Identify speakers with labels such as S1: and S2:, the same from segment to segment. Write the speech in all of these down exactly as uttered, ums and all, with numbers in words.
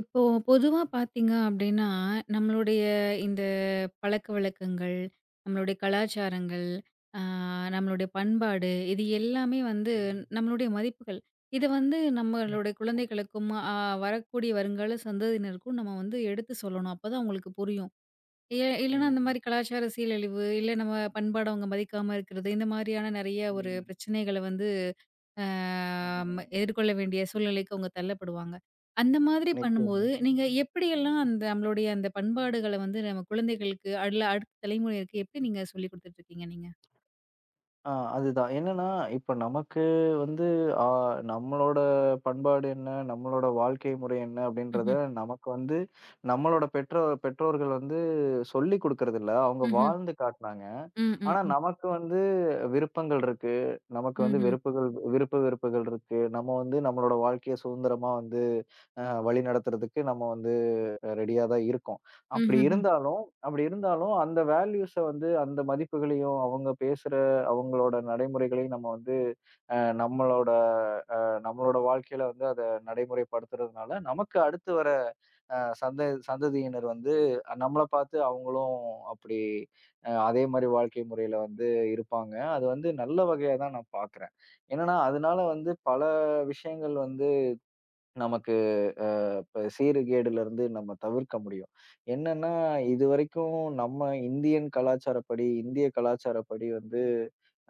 S1: இப்போ பொதுவா பார்த்தீங்க அப்டின்னா, நம்மளுடைய இந்த பழக்கவழக்கங்கள், நம்மளுடைய கலாச்சாரங்கள், ஆ நம்மளுடைய பண்பாடு இது எல்லாமே வந்து
S2: ம்.
S1: நம்மளுடைய மதிப்புகள். இத வந்து நம்மளுடைய குழந்தைகளுக்கும், அ வரக்கூடிய வருங்கால சந்ததியினருக்கும் நம்ம வந்து எடுத்து சொல்லணும். அப்பதான் அவங்களுக்கு புரியும். இ இல்லன்னா அந்த
S2: ம்.
S1: மாரி கலாச்சார சீரழிவு, இல்ல நம்ம பண்பாட அவங்க மதிக்காம இருக்கிறது, இந்த மாரியான நெறைய ஒரு
S2: ம்.
S1: பிரச்சனைகள வந்து ஆம் எதிர்கொள்ள வேண்டிய சூழ்நிலைக்கு அவங்க தள்ளப்படுவாங்க. அந்த மாதிரி
S2: நிச்சயமா.
S1: பண்ணும்போது, நீங்க எப்படியெல்லாம் அந்த நம்மளுடைய அந்த பண்பாடுகள வந்து நம்ம குழந்தைகளுக்கு அல்ல அடுத்த தலைமுறையினருக்கு எப்படி நீங்க சொல்லிக் குடுத்துட்டு இருக்கீங்க நீங்க?
S2: ஆ அதுதான். என்னன்னா, இப்ப நமக்கு வந்து ஆ நம்மளோட பண்பாடு என்ன? நம்மளோட வாழ்க்கை முறை என்ன? அப்படின்றத
S1: ம்ஹ்ம்.
S2: நமக்கு வந்து நம்மளோட பெற்றோர் பெற்றோர்கள் வந்து சொல்லிக் குடுக்கறதில்ல. அவங்க
S1: ம்ஹ்ம்.
S2: வாழ்ந்து காட்டுனாங்க.
S1: ம், ம்,
S2: ஆனா,
S1: ம்.
S2: நமக்கு வந்து விருப்பங்கள் இருக்கு. நமக்கு வந்து
S1: ம்ஹ்ம்.
S2: வெறுப்புகள் விருப்பு வெறுப்புகள் இருக்கு. நம்ம வந்து நம்மளோட வாழ்க்கைய சுதந்திரமா வந்து அ வழிநடத்துறதுக்கு நம்ம வந்து ரெடியா தான் இருக்கோம். அப்படி
S1: ம்ஹ்ஹ்ம்.
S2: இருந்தாலும் அப்படி இருந்தாலும் அந்த வேல்யூஸ வந்து அந்த மதிப்புகளையும், அவங்க பேசுற அவங்களோட நடைமுறைகளையும் நம்ம வந்து அ நம்மளோட அ நம்மளோட வாழ்க்கையில வந்து அத நடைமுறைப்படுத்துறதுனால, நமக்கு அடுத்து வர அ சந்த சந்ததியினர் வந்து நம்மள பார்த்து அவங்களும் அப்படி அ அதே மாரி வாழ்க்கை முறையில வந்து இருப்பாங்க. அது வந்து நல்ல வகையா தான் நான் பார்க்குறேன். என்னன்னா, அதனால வந்து பல விஷயங்கள் வந்து நமக்கு இப்ப சீர்கேடுல இருந்து நம்ம தவிர்க்க முடியும். என்னன்னா, இதுவரைக்கும் நம்ம இந்தியன் கலாச்சாரப்படி, இந்திய கலாச்சாரப்படி வந்து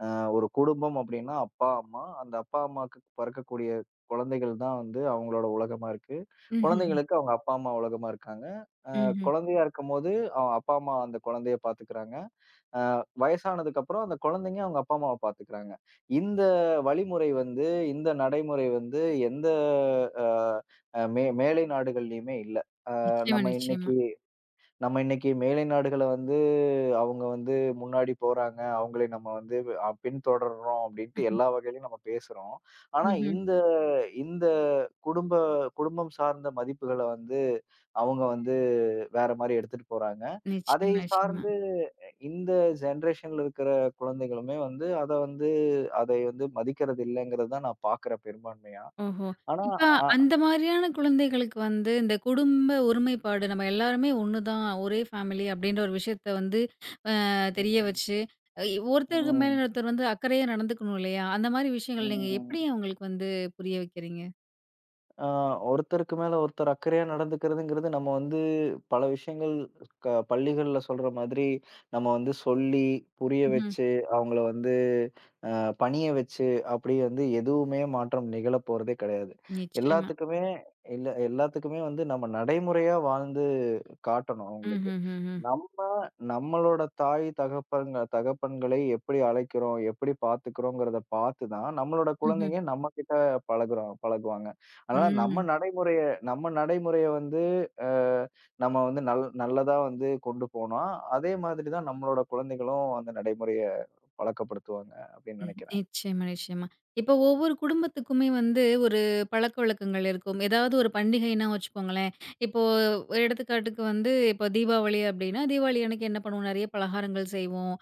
S2: அ ஒரு குடும்பம் அப்டின்னா அப்பா, அம்மா. அந்த அப்பா, அம்மாக்கு பொறக்கக்கூடிய குழந்தைகள் தான் வந்து அவங்களோட உலகமா இருக்கு.
S1: ம்ஹ்ஹ்ம்.
S2: குழந்தைகளுக்கு அவங்க அப்பா, அம்மா உலகமா இருக்காங்க. அ
S1: ம்ஹ்ம்.
S2: குழந்தையா இருக்கும்போது அவ அப்பா, அம்மா அந்த குழந்தைய பாத்துக்குறாங்க. வயசானதுக்கப்புறம் அந்த குழந்தைங்க அவங்க அப்பா, அம்மாவ பாத்துக்குறாங்க. இந்த வழிமுறை வந்து, இந்த நடைமுறை வந்து எந்த அ அ மே மேலை நாடுகள்லயுமே இல்ல.
S1: நிச்சயமா,
S2: நம்ம
S1: நிச்சயமா.
S2: இன்னைக்கு நம்ம இன்னைக்கு மேலை நாடுகள வந்து, அவங்க வந்து முன்னாடி போறாங்க. அவங்களை நம்ம வந்து அ பின்தொடர்றோம் அப்டின்ட்டு
S1: ம்ஹ்ம்.
S2: எல்லா வகையிலயும் நம்ம பேசுறோம். ஆனா
S1: ம்ஹ்ம்.
S2: இந்த இந்த குடும்ப குடும்பம் சார்ந்த மதிப்புகள வந்து அவங்க வந்து வேற மாரி எடுத்துட்டு போறாங்க. அதை
S1: நிச்சயமா, நிச்சயமா.
S2: சார்ந்து இந்த ஜெனரேஷன்ல இருக்கிற குழந்தைகளுமே வந்து அத வந்து அதை வந்து மதிக்கிறது இல்லங்கிறது தான் நான் பாக்குறேன் பெரும்பான்மையா.
S1: ஓஹோ!
S2: ஆனா
S1: இப்ப
S2: அ
S1: அந்த மாதிரியான குழந்தைகளுக்கு வந்து, இந்த குடும்ப ஒருமைப்பாடு நம்ம எல்லாருமே ஒண்ணு தான், ஒரே ஃபேமிலி அப்படின்ற ஒரு விஷயத்த வந்து அ தெரிய
S2: ம்,
S1: வச்சு, அ ஒருத்தருக்கு மேல
S2: ம்,
S1: ஒருத்தர் வந்து அக்கறையா நடந்துக்கணும் இல்லையா? அந்த மாரி
S2: ம்,
S1: விஷயங்கள் நீங்க
S2: ம்.
S1: எப்படி அவங்களுக்கு வந்து புரிய வைக்கிறீங்க?
S2: ஆ ஒருத்தருக்கு மேல ஒருத்தர் அக்கறையா நடந்துக்கிறதுங்கிறது, நம்ம வந்து பல விஷயங்கள் க பள்ளிகள்ல சொல்ற மாதிரி, நம்ம வந்து சொல்லி, புரிய
S1: ம்ஹ்ம்.
S2: வச்சு, அவங்கள வந்து அ பணிய வச்சு, அப்படி வந்து எதுவுமே மாற்றம் நிகழப் போறதே கிடையாது.
S1: நிச்சயமா.
S2: எல்லாத்துக்குமே இல்ல எல்லாத்துக்குமே வந்து நம்ம நடைமுறையா வாழ்ந்து காட்டணும் அவங்களுக்கு.
S1: ம்ஹ்ஹ்ஹ்ம்.
S2: நம்ம நம்மளோட தாய் தகப்பன்ங்க தகப்பன்களை எப்படி அழைக்கிறோம், எப்படி பார்த்துக்கிறோங்கிறத பார்த்து தான் நம்மளோட
S1: ம்ஹ்ம்.
S2: குழந்தைங்க நம்மகிட்ட பழகுறோம் பழகுவாங்க. அதனால நம்ம
S1: ம்.
S2: நடைமுறைய நம்ம நடைமுறைய வந்து அ நம்ம வந்து நல் நல்லதா வந்து கொண்டு போனா, அதே மாதிரி தான் நம்மளோட குழந்தைகளும் அந்த நடைமுறைய பழக்கப்படுத்துவாங்க அப்படின்னு
S1: ம்.
S2: நினைக்கிறேன்.
S1: நிச்சயமா, நிச்சயமா. இப்போ ஒவ்வொரு குடும்பத்துக்குமே வந்து ஒரு பழக்கவழக்கங்கள் இருக்கும். ஏதாவது ஒரு பண்டிகைன்னா வச்சுக்கோங்களேன், இப்போ ஒரு எடுத்துக்காட்டுக்கு வந்து இப்போ தீபாவளி அப்டின்னா, தீபாவளி அன்னைக்கு என்ன பண்ணுவோம்? நெறைய பலகாரங்கள் செய்வோம்.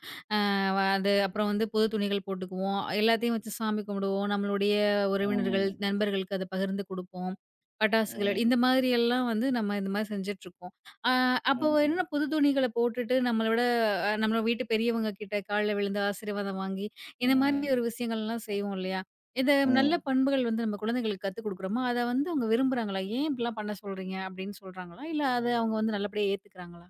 S1: அவ அது அப்புறம் வந்து புது துணிகள் போட்டுக்குவோம். எல்லாத்தையும் வச்சு சாமி கும்பிடுவோம். நம்மளுடைய உறவினர்கள்,
S2: ம்.
S1: நண்பர்களுக்கு அத பகிர்ந்து குடுப்போம். பட்டாசுகள்
S2: ம்.
S1: இந்த மாதிரி எல்லாம் வந்து நம்ம இந்த மாதிரி செஞ்சுட்ருக்கோம். அ அப்போ என்ன
S2: ம்.
S1: புது துணிகள போட்டுட்டு நம்மள விட அ நம்ம வீட்டு பெரியவங்க கிட்ட கால்ல விழுந்து ஆசீர்வாதம் வாங்கி, இந்த மாதிரி
S2: ம்.
S1: ஒரு விஷயங்கள்லாம் செய்வோம் இல்லையா? இந்த நல்ல
S2: ம்.
S1: பண்புகள் வந்து நம்ம குழந்தைகளுக்கு கத்துக் குடுக்குறோமா, அத வந்து அவங்க விரும்புறாங்களா? "ஏன் இப்படிலாம் பண்ண சொல்றீங்க?" அப்படின்னு சொல்றாங்களா? இல்ல அத அவங்க வந்து நல்லபடியா ஏத்துக்கிறாங்களா?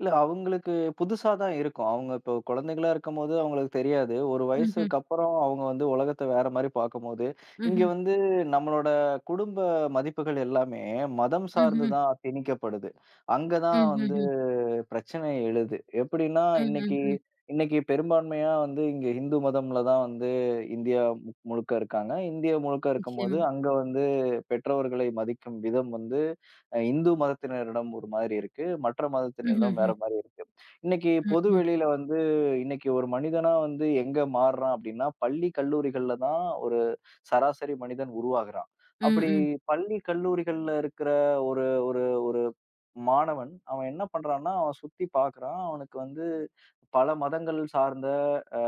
S2: இல்ல அவங்களுக்கு புதுசா தான் இருக்கும். அவங்க இப்போ குழந்தைகளா இருக்கும்போது அவங்களுக்கு தெரியாது. ஒரு
S1: ம்ஹ்ம்.
S2: வயசுக்கு அப்புறம் அவங்க வந்து உலகத்த வேற மாரி பார்க்கும்போது, இங்க
S1: ம்ஹ்ம்.
S2: வந்து நம்மளோட குடும்ப மதிப்புகள் எல்லாமே மதம் சார்ந்து
S1: ம்ஹ்ம்.
S2: தான் திணிக்கப்படுது. அங்க தான் வந்து
S1: ம்ஹ்ஹ்ம்.
S2: பிரச்சனை எழுது. எப்படின்னா, இன்னைக்கு
S1: ம்ஹ்ம்.
S2: இன்னைக்கு பெரும்பான்மையா வந்து இங்க இந்து மதம்ல தான் வந்து இந்தியா மு முழுக்க இருக்காங்க. இந்தியா முழுக்க இருக்கும்போது,
S1: நிச்சயமா.
S2: அங்க வந்து பெற்றோர்களை மதிக்கும் விதம் வந்து அ இந்து மதத்தினரிடம் ஒரு மாதிரி இருக்கு. மற்ற மதத்தினரிடம்
S1: ம்ஹ்ஹ்ம்.
S2: வேற மாரி இருக்கு. இன்னைக்கு
S1: ம்,
S2: பொது
S1: ம்.
S2: வெளியில வந்து இன்னைக்கு ஒரு மனிதனா வந்து எங்க மாறுறான் அப்படின்னா, பள்ளி, கல்லூரிகள்ல தான் ஒரு சராசரி மனிதன் உருவாகுறான்.
S1: ம்,
S2: அப்படி
S1: ம்.
S2: பள்ளி, கல்லூரிகள்ல இருக்கிற ஒரு ஒரு ஒரு மாணவன். அவன் என்ன பண்றான்னா, அவன் சுத்தி பார்க்குறான். அவனுக்கு வந்து பல மதங்கள் சார்ந்த அ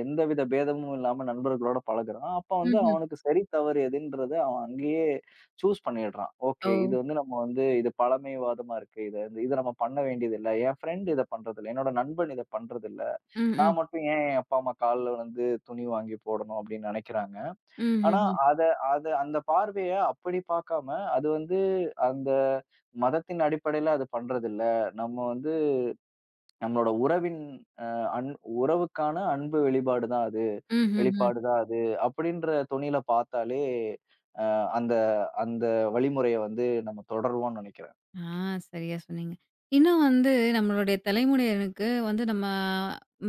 S2: எந்தவித பேதமும் இல்லாம நண்பர்களோட பழகுறான். அப்ப வந்து
S1: ம்ஹ்ம்.
S2: அவனுக்கு சரி, தவறு எதுன்றத அவன் அங்கேயே சூஸ் பண்ணிடுறான்.
S1: ஓ!
S2: ஓகே. இது வந்து நம்ம வந்து இது பழமைவாதமா இருக்கு. இத வந்து இத நம்ம பண்ண வேண்டியதில்ல. என் ஃப்ரெண்ட் இத பண்றதில்ல. என்னோட நண்பன் இத பண்றதில்ல.
S1: ம், ம்.
S2: நான் மட்டும் ஏன் என் அப்பா, அம்மா கால்ல வந்து துணி வாங்கி போடணும் அப்படின்னு நெனைக்கிறாங்க. ஆனா
S1: ம்ஹ்ஹ்ம்.
S2: அத அத அந்த பார்வைய அப்படி பார்க்காம, அது வந்து அந்த மதத்தின் அடிப்படையில அது பண்றதில்ல. நம்ம வந்து நம்மளோட உறவின் அ அன் உறவுக்கான அன்பு வெளிப்பாடு தான் அது.
S1: ம்ஹ்ஹ்ம்.
S2: வெளிப்பாடு தான் அது. அப்படின்ற தொனியில பார்த்தாலே, அ அந்த அந்த வழிமுறைய வந்து நம்ம தொடருவோம்னு நெனைக்கிறேன்.
S1: ஆ சரியா சொன்னீங்க. இன்னும் வந்து நம்மளுடைய தலைமுறையினருக்கு வந்து நம்ம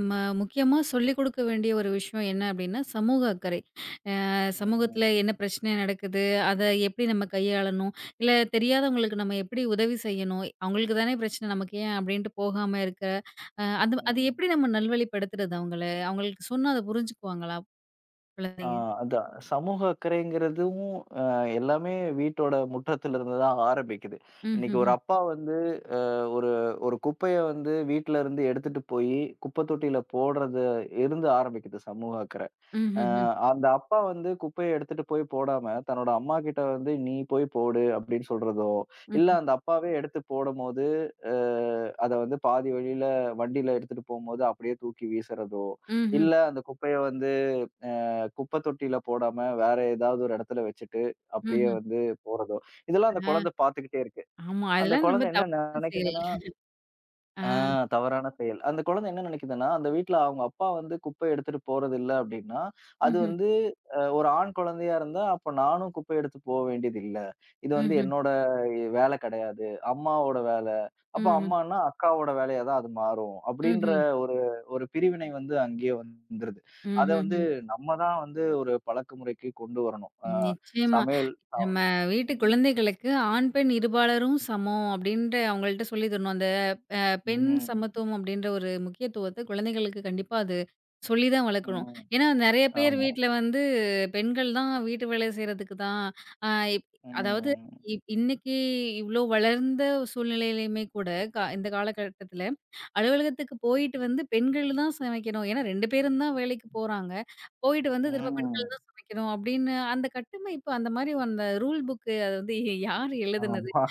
S1: ம முக்கியமா சொல்லிக் கொடுக்க வேண்டிய ஒரு விஷயம் என்ன அப்டின்னா, சமூக அக்கறை. அ சமூகத்தில
S2: ம்.
S1: என்ன பிரச்சனை நடக்குது? அத எப்படி நம்ம கையாளணும்? இல்ல தெரியாதவங்களுக்கு நம்ம எப்படி உதவி செய்யணும்? அவங்களுக்கு தானே பிரச்சனை நமக்கு ஏன் அப்டின்ட்டு போகாம இருக்க, அ அது அது
S2: ம்.
S1: எப்படி நம்ம நல்வழிப்படுத்துறது அவங்கள? அவங்களுக்கு சொன்னா அத புரிஞ்சுக்குவாங்களா?
S2: ஆ
S1: குழந்தைங்க?
S2: அதான். சமூக அக்கறைங்கிறதும் அ எல்லாமே வீட்டோட முற்றத்திலிருந்து தான் ஆரம்பிக்குது. இன்னைக்கு ஒரு
S1: ம்ஹ்ஹ்ம்.
S2: அப்பா வந்து ஒரு ஒரு குப்பைய வந்து வீட்ல இருந்து எடுத்துட்டு போயி, குப்பை தொட்டியில போடுறது இருந்து ஆரம்பிக்குது சமூக அக்கறை. அ
S1: ம்ஹ்ஹ்ம்.
S2: அந்த அப்பா வந்து குப்பைய எடுத்துட்டு போய் போடாம, தன்னோட அம்மாகிட்ட வந்து "நீ போய் போடு" அப்படின்னு சொல்றதோ, இல்ல
S1: ம்.
S2: அந்த அப்பாவே எடுத்து போடும்போது, அ அத வந்து பாதி வழியில வண்டியில எடுத்துட்டு போம்போது அப்படியே தூக்கி வீசுறதோ,
S1: ம்ஹ்ம்.
S2: இல்ல அந்த குப்பைய வந்து அஹ் குப்பை தொட்டியில போடாம வேற ஏதாவது ஒரு இடத்துல வச்சுட்டு அப்படியே
S1: ம்ஹ்ம்.
S2: வந்து போறதோ, இதெல்லாம் அந்த
S1: ஆ.
S2: குழந்தை பார்த்துக்கிட்டே இருக்கு.
S1: ஆமா.
S2: அந்த
S1: அதெல்லாம் ரொம்ப
S2: குழந்தை என்ன
S1: தவறான செயல்.
S2: நினைக்குதுன்னா
S1: ஆ.
S2: ஆ தவறான செயல். அந்த குழந்தை என்ன நினைக்குதுன்னா, அந்த வீட்ல அவங்க அப்பா வந்து குப்பை எடுத்துட்டு போறதில்ல அப்படின்னா, அது
S1: ம்ஹ்ம்.
S2: வந்து அ ஒரு ஆண் குழந்தையா இருந்தா, அப்ப நானும் குப்பை எடுத்து போ வேண்டியதில்ல. இது வந்து
S1: ம்ஹ்ம்.
S2: என்னோட வேலை கிடையாது. அம்மாவோட வேலை. அப்ப
S1: ம்ஹ்ம்.
S2: அம்மான்னா அக்காவோட வேலையா தான் அது மாறும். அப்படின்ற
S1: ம்ஹ்ம்.
S2: ஒரு ஒரு பிரிவினை வந்து அங்கேயே வந்துருது. அத வந்து
S1: ம்ஹ்ஹ்ம்.
S2: நம்ம தான் வந்து ஒரு பழக்கமுறைக்கு கொண்டு வரணும். அ
S1: நிச்சயமா.
S2: சமையல். அ
S1: நம்ம வீட்டு
S2: ம்,
S1: குழந்தைகளுக்கு ஆண், பெண் இருபாலரும் சமம் அப்டின்ற அவங்கள்ட்ட சொல்லி தரணும். பெண்
S2: ம்,
S1: சமத்துவம் அப்படின்ற ஒரு முக்கியத்துவத்த குழந்தைகளுக்கு கண்டிப்பா அது சொல்லி தான் வளர்க்கணும்.
S2: ம்.
S1: ஏன்னா நெறைய பேர்
S2: ஆமா.
S1: வீட்ல வந்து பெண்கள் தான் வீட்டு வேலை செய்றதுக்கு தான் அ இப் அதாவது
S2: ம்,
S1: இப் இன்னைக்கு இவ்ளோ வளர்ந்த சூழ்நிலையிலயுமே கூட கா இந்த காலகட்டத்தில அலுவலகத்துக்கு போயிட்டு வந்து பெண்கள் தான் சமைக்கணும். ஏன்னா ரெண்டு பேரும் தான் வேலைக்கு போறாங்க. போயிட்டு வந்து திரும்ப
S2: ம்.
S1: பெண்கள் தான் சமைக்கணும் அப்படின்னு அந்த கட்டமைப்பு அந்த மாரி அந்த ரூல் புக் அது வந்து யார் எழுதுனது?
S2: ஆமா.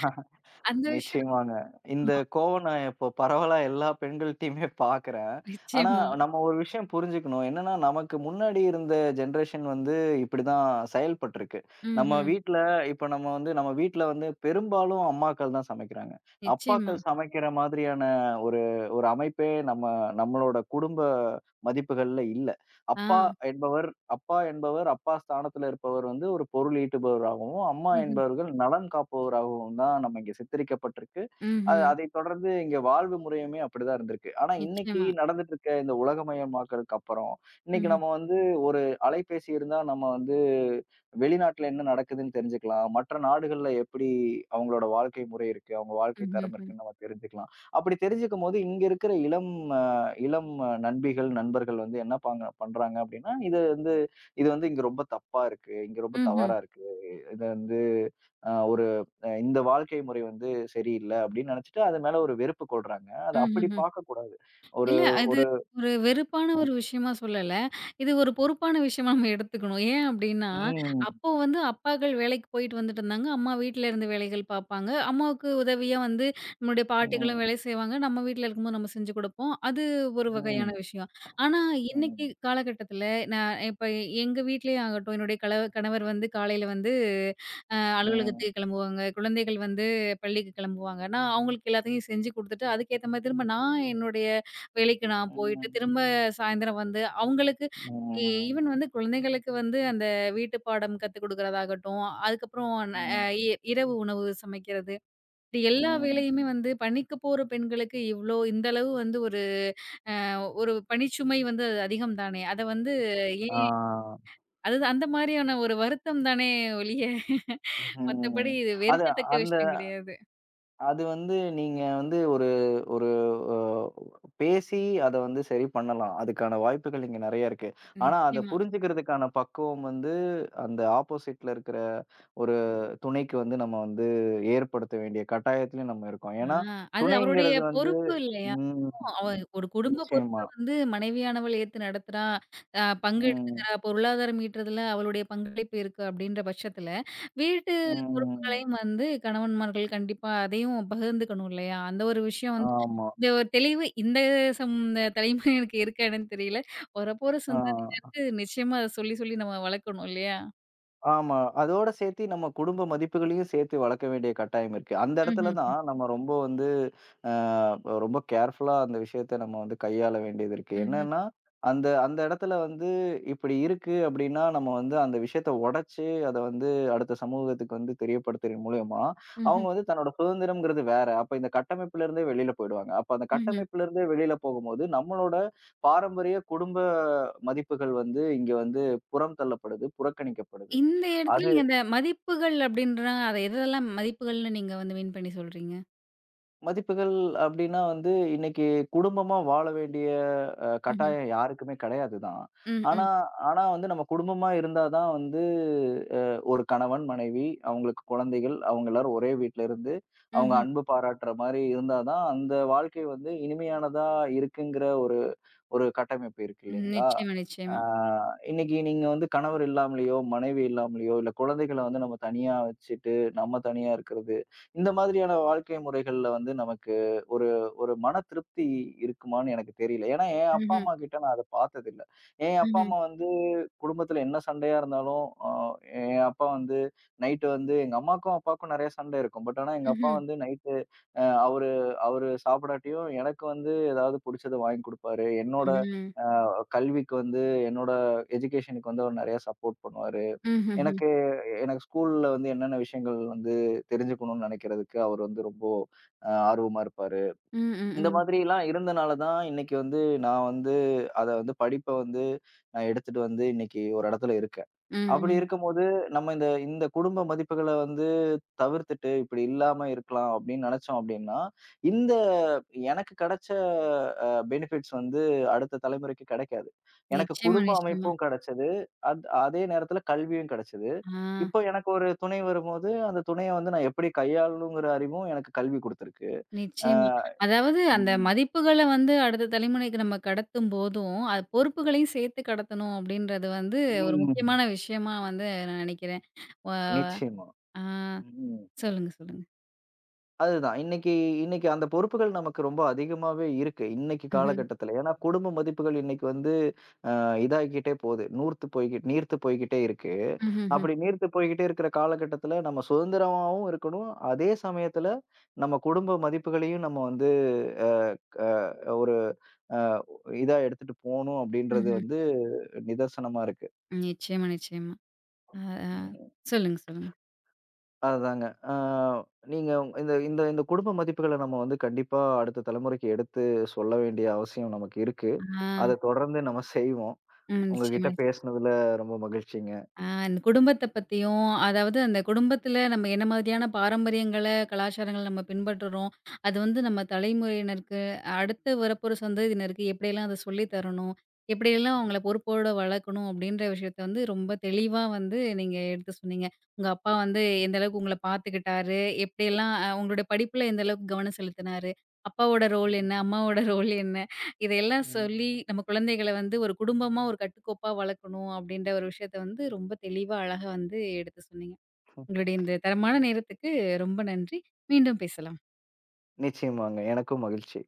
S1: அந்த விஷயம்.
S2: நிச்சயமாங்க. இந்த
S1: ஆமா.
S2: கோவம் நான் இப்போ பரவலா எல்லா பெண்கள்ட்டயுமே பார்க்குறேன். ஆனா,
S1: நிச்சயமா.
S2: நம்ம ஒரு விஷயம் புரிஞ்சுக்கணும். என்னன்னா, நமக்கு முன்னாடி இருந்த ஜெனரேஷன் வந்து இப்படிதான் செயல்பட்டுருக்கு. நம்ம
S1: ம்ஹ்ம்.
S2: வீட்ல இப்ப நம்ம வந்து நம்ம வீட்ல வந்து பெரும்பாலும் அம்மாக்கள் தான் சமைக்கிறாங்க.
S1: நிச்சயமா.
S2: அப்பாக்கள் சமைக்கிற மாதிரியான ஒரு ஒரு அமைப்பே நம்ம நம்மளோட குடும்ப மதிப்புகள்ல இல்ல.
S1: ஆ.
S2: அப்பா என்பவர் அப்பா என்பவர், அப்பா ஸ்தானத்துல இருப்பவர் வந்து ஒரு பொருள் ஈட்டுபவராகவும், அம்மா
S1: ம்ஹ்ம்.
S2: என்பவர்கள் நலன் காப்பவராகவும் தான் நம்ம இங்க சித்தரிக்கப்பட்டிருக்கு. அ
S1: ம்ஹ்ம்.
S2: அதைத் தொடர்ந்து இங்க வாழ்வு முறையுமே அப்படிதான் இருந்திருக்கு. ஆனா இன்னைக்கு
S1: நிச்சயமா.
S2: நடந்துட்டு இருக்க இந்த உலகமயமாக்கலுக்கு அப்புறம், இன்னைக்கு
S1: ம்ஹ்ம்.
S2: நம்ம வந்து ஒரு அலைபேசி இருந்தா நம்ம வந்து வெளிநாட்டுல என்ன நடக்குதுன்னு தெரிஞ்சுக்கலாம். மற்ற நாடுகள்ல எப்படி அவங்களோட வாழ்க்கை முறை இருக்கு, அவங்க வாழ்க்கை தரம்
S1: ம்ஹ்ஹ்ம்.
S2: இருக்குன்னு நம்ம தெரிஞ்சுக்கலாம். அப்படி தெரிஞ்சுக்கும்போது இங்க இருக்கிற இளம் அ இளம் அஹ், நண்பிகள், நண்பர்கள் வந்து என்ன பாங்க பண்றாங்க அப்படின்னா, இது வந்து இது வந்து இங்க ரொம்ப தப்பா இருக்கு. இங்க ரொம்ப
S1: ம்ஹ்ம்.
S2: தவறா இருக்கு. இது வந்து அ ஒரு அ இந்த வாழ்க்கை முறை வந்து சரியில்ல அப்படின்னு நினைச்சுட்டு அது மேல ஒரு வெறுப்பு கொள்றாங்க. அத அப்படி
S1: ம்ஹ்ஹ்ம்.
S2: பார்க்கக்கூடாது. ஒரு
S1: இல்ல. அது
S2: ஒரு
S1: ஒரு வெறுப்பான ஒரு விஷயமா சொல்லல. இது ஒரு பொறுப்பான விஷயமா நம்ம எடுத்துக்கணும். ஏன் அப்டின்னா,
S2: ம், ம்,
S1: அப்போ வந்து அப்பாக்கள் வேலைக்கு போயிட்டு வந்துட்டு இருந்தாங்க. அம்மா வீட்ல இருந்து வேலைகள் பார்ப்பாங்க. அம்மாவுக்கு உதவியா வந்து நம்மளுடைய பாட்டிகளும்
S2: ம்,
S1: வேலை செய்வாங்க. நம்ம வீட்ல இருக்கும்போது நம்ம செஞ்சு குடுப்போம். அது ஒரு வகையான
S2: ம்,
S1: விஷயம். ஆனா, இன்னைக்கு
S2: ம்,
S1: காலகட்டத்தில நான் இப்ப எங்க வீட்லயே ஆகட்டும், என்னுடைய கல கணவர் வந்து காலையில வந்து அ
S2: ம்,
S1: அலுவலகத்துக்கு கிளம்புவாங்க. குழந்தைகள் வந்து பள்ளிக்கு கிளம்புவாங்க. நான் அவங்களுக்கு எல்லாத்தையும் செஞ்சு குடுத்துட்டு, அதுக்கேத்த மாரி திரும்ப நான் என்னுடைய வேலைக்கு நான் போயிட்டு,
S2: ம்,
S1: திரும்ப சாயந்தரம் வந்து அவங்களுக்கு இ ஈவன் வந்து குழந்தைகளுக்கு வந்து அந்த வீட்டு பாடம் கத்துக் குடுக்குறதாகட்டும், அதுக்கப்புறம் ந அ
S2: ம்,
S1: இ இரவு உணவு சமைக்கிறது. இது எல்லா
S2: ம்.
S1: வேலையுமே வந்து பணிக்கு போற பெண்களுக்கு இவ்ளோ இந்த அளவு வந்து ஒரு ஒரு பணிச்சுமை வந்து அது அதிகம் தானே! அத வந்து ஏன்
S2: ஆ.
S1: அது அந்த மாரியான ஒரு வருத்தம் தானே ஒழிய மத்தபடி
S2: ம்.
S1: இது
S2: அது
S1: வெறுக்கத்தக்க
S2: அந்த
S1: விஷயம் கிடையாது.
S2: அது வந்து நீங்க வந்து ஒரு ஒரு அ பேசி அத வந்து சரி பண்ணலாம். அதுக்கான வாய்ப்புகள் இங்க நெறைய இருக்கு. ஆனா, அத
S1: நிச்சயமா.
S2: புரிஞ்சுக்கிறதுக்கான பக்குவம் வந்து அந்த ஆப்போசிட்ல இருக்கிற ஒரு துணைக்கு வந்து நம்ம வந்து ஏற்படுத்த வேண்டிய கட்டாயத்திலயும் நம்ம இருக்கோம்.
S1: ஆ,
S2: ஏன்னா,
S1: அது அவருடைய
S2: துணைங்கிறது வந்து
S1: பொறுப்பு இல்லையா?
S2: ம்.
S1: அதுவும் அவ ஒரு குடும்ப பொறுப்ப
S2: நிச்சயமா.
S1: வந்து மனைவியானவள் ஏத்து நடத்துறா, அ பங்கு
S2: ம்.
S1: எடுத்துக்கிறா, பொருளாதாரம் ஈட்டுறதுல அவளுடைய பங்களிப்பு இருக்கு அப்டின்ற பட்சத்துல, வீட்டு
S2: ம்.
S1: பொறுப்புகளையும் வந்து கணவன்மார்கள் கண்டிப்பா அதையும் பகிர்ந்துக்கணும் இல்லையா? அந்த ஒரு விஷயம் வந்து
S2: ஆமா.
S1: இந்த ஒரு தெளிவு இந்த சம் இந்த தலைமுறையினருக்கு இருக்கா என்னன்னு தெரியல. வரப்போற
S2: ஆ.
S1: சந்ததியினருக்கு நிச்சயமா அத சொல்லி சொல்லி நம்ம வளர்க்கணும் இல்லையா?
S2: ஆமா. அதோட சேர்த்து நம்ம குடும்ப மதிப்புகளையும் சேர்த்து வளர்க்க வேண்டிய கட்டாயம் இருக்கு. அந்த இடத்துல
S1: ம்ஹ்ஹ்ம்.
S2: தான் நம்ம ரொம்ப வந்து அ ரொம்ப கேர்ஃபுல்லா அந்த விஷயத்த நம்ம வந்து கையாள வேண்டியது இருக்கு.
S1: ம்ஹ்ம்.
S2: என்னன்னா, அந்த அந்த இடத்துல வந்து இப்படி இருக்கு அப்படின்னா, நம்ம வந்து அந்த விஷயத்த உடைச்சு அத வந்து அடுத்த சமூகத்துக்கு வந்து தெரியப்படுத்துறதன் மூலியமா,
S1: ம்ஹ்ம்.
S2: அவங்க வந்து தன்னோட சுதந்திரம்ங்கிறது வேற. அப்ப இந்த கட்டமைப்புல இருந்தே வெளியில போயிடுவாங்க. அப்ப அந்த
S1: ம்ஹ்ம்.
S2: கட்டமைப்புல இருந்தே வெளியில போகும்போது, நம்மளோட பாரம்பரிய குடும்ப மதிப்புகள் வந்து இங்க வந்து புறம் தள்ளப்படுது, புறக்கணிக்கப்படுது.
S1: இந்த இடத்துல
S2: அது
S1: நீங்க அந்த மதிப்புகள் அப்படின்றாங்க, அத எதெல்லாம் மதிப்புகள்னு நீங்க வந்து மீன் பண்ணி சொல்றீங்க?
S2: மதிப்புகள் அப்டின்னா வந்து, இன்னைக்கு குடும்பமா வாழ வேண்டிய அ
S1: ம்ஹ்ம்.
S2: கட்டாயம் யாருக்குமே கிடையாது தான்.
S1: ம்,
S2: ஆனா
S1: ம்,
S2: ஆனா வந்து நம்ம குடும்பமா இருந்தா தான் வந்து அ ஒரு கணவன், மனைவி, அவங்களுக்கு குழந்தைகள், அவங்க எல்லாரும் ஒரே வீட்ல இருந்து, அவங்க
S1: ம்ஹ்ம்.
S2: அன்பு பாராட்டுற மாரி இருந்தா தான், அந்த வாழ்க்கை வந்து இனிமையானதா இருக்குங்கிற ஒரு ஒரு கட்டமைப்பு இருக்கு இல்லைங்களா?
S1: நிச்சயமா,
S2: ஆ
S1: நிச்சயமா.
S2: இன்னைக்கு நீங்க வந்து கணவர் இல்லாமலயோ, மனைவி இல்லாமலயோ, இல்ல குழந்தைகள வந்து நம்ம தனியா வச்சுட்டு, நம்ம தனியா இருக்கிறது, இந்த மாதிரியான வாழ்க்கை முறைகள்ல வந்து நமக்கு ஒரு ஒரு மன திருப்தி இருக்குமான்னு எனக்கு தெரியல. ஏன்னா, என் அப்பா,
S1: ம்ஹ்ம்,
S2: அம்மா கிட்ட நான் அத பார்த்ததில்ல. என் அப்பா,
S1: ம்ஹ்ம்,
S2: அம்மா வந்து குடும்பத்துல என்ன சண்டையா இருந்தாலும், அ என் அப்பா வந்து நைட்டு வந்து எங்க அம்மாக்கும், அப்பாவுக்கும் நெறைய சண்டை இருக்கும். பட் ஆனா எங்க அப்பா
S1: ம்ஹ்ம்,
S2: வந்து நைட்டு அ அவரு அவரு சாப்பிடாட்டியும் எனக்கு வந்து ஏதாவது புடிச்சத வாங்கி குடுப்பாரு. என்னோட
S1: ம்.
S2: கல்விக்கு வந்து என்னோட எஜுகேஷனுக்கு வந்து அவர் நெறைய சப்போர்ட் பண்ணுவாரு.
S1: ம்ஹ்ஹ்ம்.
S2: எனக்கு எனக்கு ஸ்கூல்ல வந்து என்னென்ன விஷயங்கள் வந்து தெரிஞ்சுக்கணும்னு நெனைக்கிறதுக்கு அவர் வந்து ரொம்ப அ ஆர்வமா இருப்பாரு.
S1: ம், ம்,
S2: இந்த
S1: ம்.
S2: மாதிரிலாம் இருந்தனால தான் இன்னைக்கு வந்து நான் வந்து அத வந்து படிப்ப வந்து நான் எடுத்துட்டு வந்து இன்னைக்கு ஒரு இடத்துல இருக்கேன்.
S1: ம்,
S2: அப்படி
S1: ம்.
S2: இருக்கும்போது நம்ம இந்த இந்த குடும்ப மதிப்புகள வந்து தவிர்த்துட்டு இப்படி இல்லாம இருக்கலாம் அப்படின்னு நினைச்சோம் அப்படின்னா, இந்த எனக்கு கிடைச்ச அ பெனிஃபிட்ஸ் வந்து அடுத்த தலைமுறைக்கு கிடைக்காது. எனக்கு
S1: நிச்சயமா,
S2: குடும்ப
S1: நிச்சயமா.
S2: அமைப்பும் கிடைச்சது. அத் அதே நேரத்துல கல்வியும் கிடைச்சது.
S1: ஆ,
S2: இப்போ எனக்கு ஒரு துணை வரும்போது, அந்த துணைய வந்து நான் எப்படி கையாளணுங்கிற அறிவும் எனக்கு கல்வி குடுத்திருக்கு. ஆ
S1: நிச்சயமா. அதாவது அந்த
S2: ம்.
S1: மதிப்புகள வந்து அடுத்த தலைமுறைக்கு நம்ம கடத்தும் போதும், அது பொறுப்புகளையும் சேர்த்து கடத்தணும் அப்படின்றது வந்து ஒரு
S2: ம்.
S1: முக்கியமான விஷயமா வந்து நான் நினைக்கிறேன். வ
S2: நிச்சயமா.
S1: ஆ
S2: ம்.
S1: சொல்லுங்க, சொல்லுங்க.
S2: அதுதான். இன்னைக்கு இன்னைக்கு அந்த பொறுப்புகள் நமக்கு ரொம்ப அதிகமாவே இருக்கு. இன்னைக்கு
S1: ம்ஹ்ம்,
S2: காலகட்டத்துல. ஏன்னா குடும்ப மதிப்புகள் இன்னைக்கு வந்து இதாகிக்கிட்டே போது. நூர்த்து போய்கிட் நீர்த்து போய்க்கிட்டே இருக்கு.
S1: ம்ஹ்ஹ்ம்,
S2: அப்படி நீர்த்து போய்க்கிட்டே இருக்கிற காலகட்டத்தில நம்ம சுதந்திரமாவும் இருக்கணும். அதே சமயத்தில நம்ம குடும்ப மதிப்புகளையும் நம்ம வந்து அ க ஒரு அ இதா எடுத்துட்டு போணும் அப்படின்றது
S1: ம்ஹ்ம்.
S2: வந்து நிதர்சனமா இருக்கு.
S1: நிச்சயமா, நிச்சயமா. அ அ
S2: ம்.
S1: சொல்லுங்க, சொல்லுங்க.
S2: அதுதாங்க. அ நீங்க உங்க- இந்த இந்த இந்த குடும்ப மதிப்புகள நம்ம வந்து கண்டிப்பா அடுத்த தலைமுறைக்கு எடுத்து சொல்ல வேண்டிய அவசியம் நமக்கு இருக்கு.
S1: ஆ,
S2: அத தொடர்ந்து நம்ம செய்வோம்.
S1: ம்.
S2: உங்ககிட்ட
S1: நிச்சயமா.
S2: பேசினதுல ரொம்ப மகிழ்ச்சிங்க.
S1: ஆ இந்த குடும்பத்த பத்தியும், அதாவது அந்த குடும்பத்தில நம்ம என்ன மாதிரியான பாரம்பரியங்கள, கலாச்சாரங்கள நம்ம பின்பற்றுறோம். அது வந்து நம்ம தலைமுறையினருக்கு, அடுத்து வரப்போற சந்ததியினருக்கு எப்படியெல்லாம் அத சொல்லி தரணும், எப்படியெல்லாம் அவங்கள பொறுப்போட வளர்க்கணும் அப்படின்ற விஷயத்த வந்து ரொம்ப தெளிவா வந்து நீங்க எடுத்து சொன்னீங்க. உங்க அப்பா வந்து எந்த அளவுக்கு உங்கள பார்த்துக்கிட்டாரு, எப்படியெல்லாம் அ உங்களுடைய படிப்புல எந்த அளவுக்கு கவனம் செலுத்தினாரு, அப்பாவோட ரோல் என்ன,
S2: ம்.
S1: அம்மாவோட ரோல் என்ன, இதையெல்லாம்
S2: ம்.
S1: சொல்லி நம்ம குழந்தைகள வந்து ஒரு குடும்பமா ஒரு கட்டுக்கோப்பா வளர்க்கணும் அப்படின்ற ஒரு விஷயத்த வந்து ரொம்ப தெளிவா, அழகா வந்து எடுத்து சொன்னீங்க. உங்களுடைய இந்த தரமான நேரத்துக்கு ரொம்ப நன்றி. மீண்டும் பேசலாம்.
S2: நிச்சயமாங்க. எனக்கும் மகிழ்ச்சி.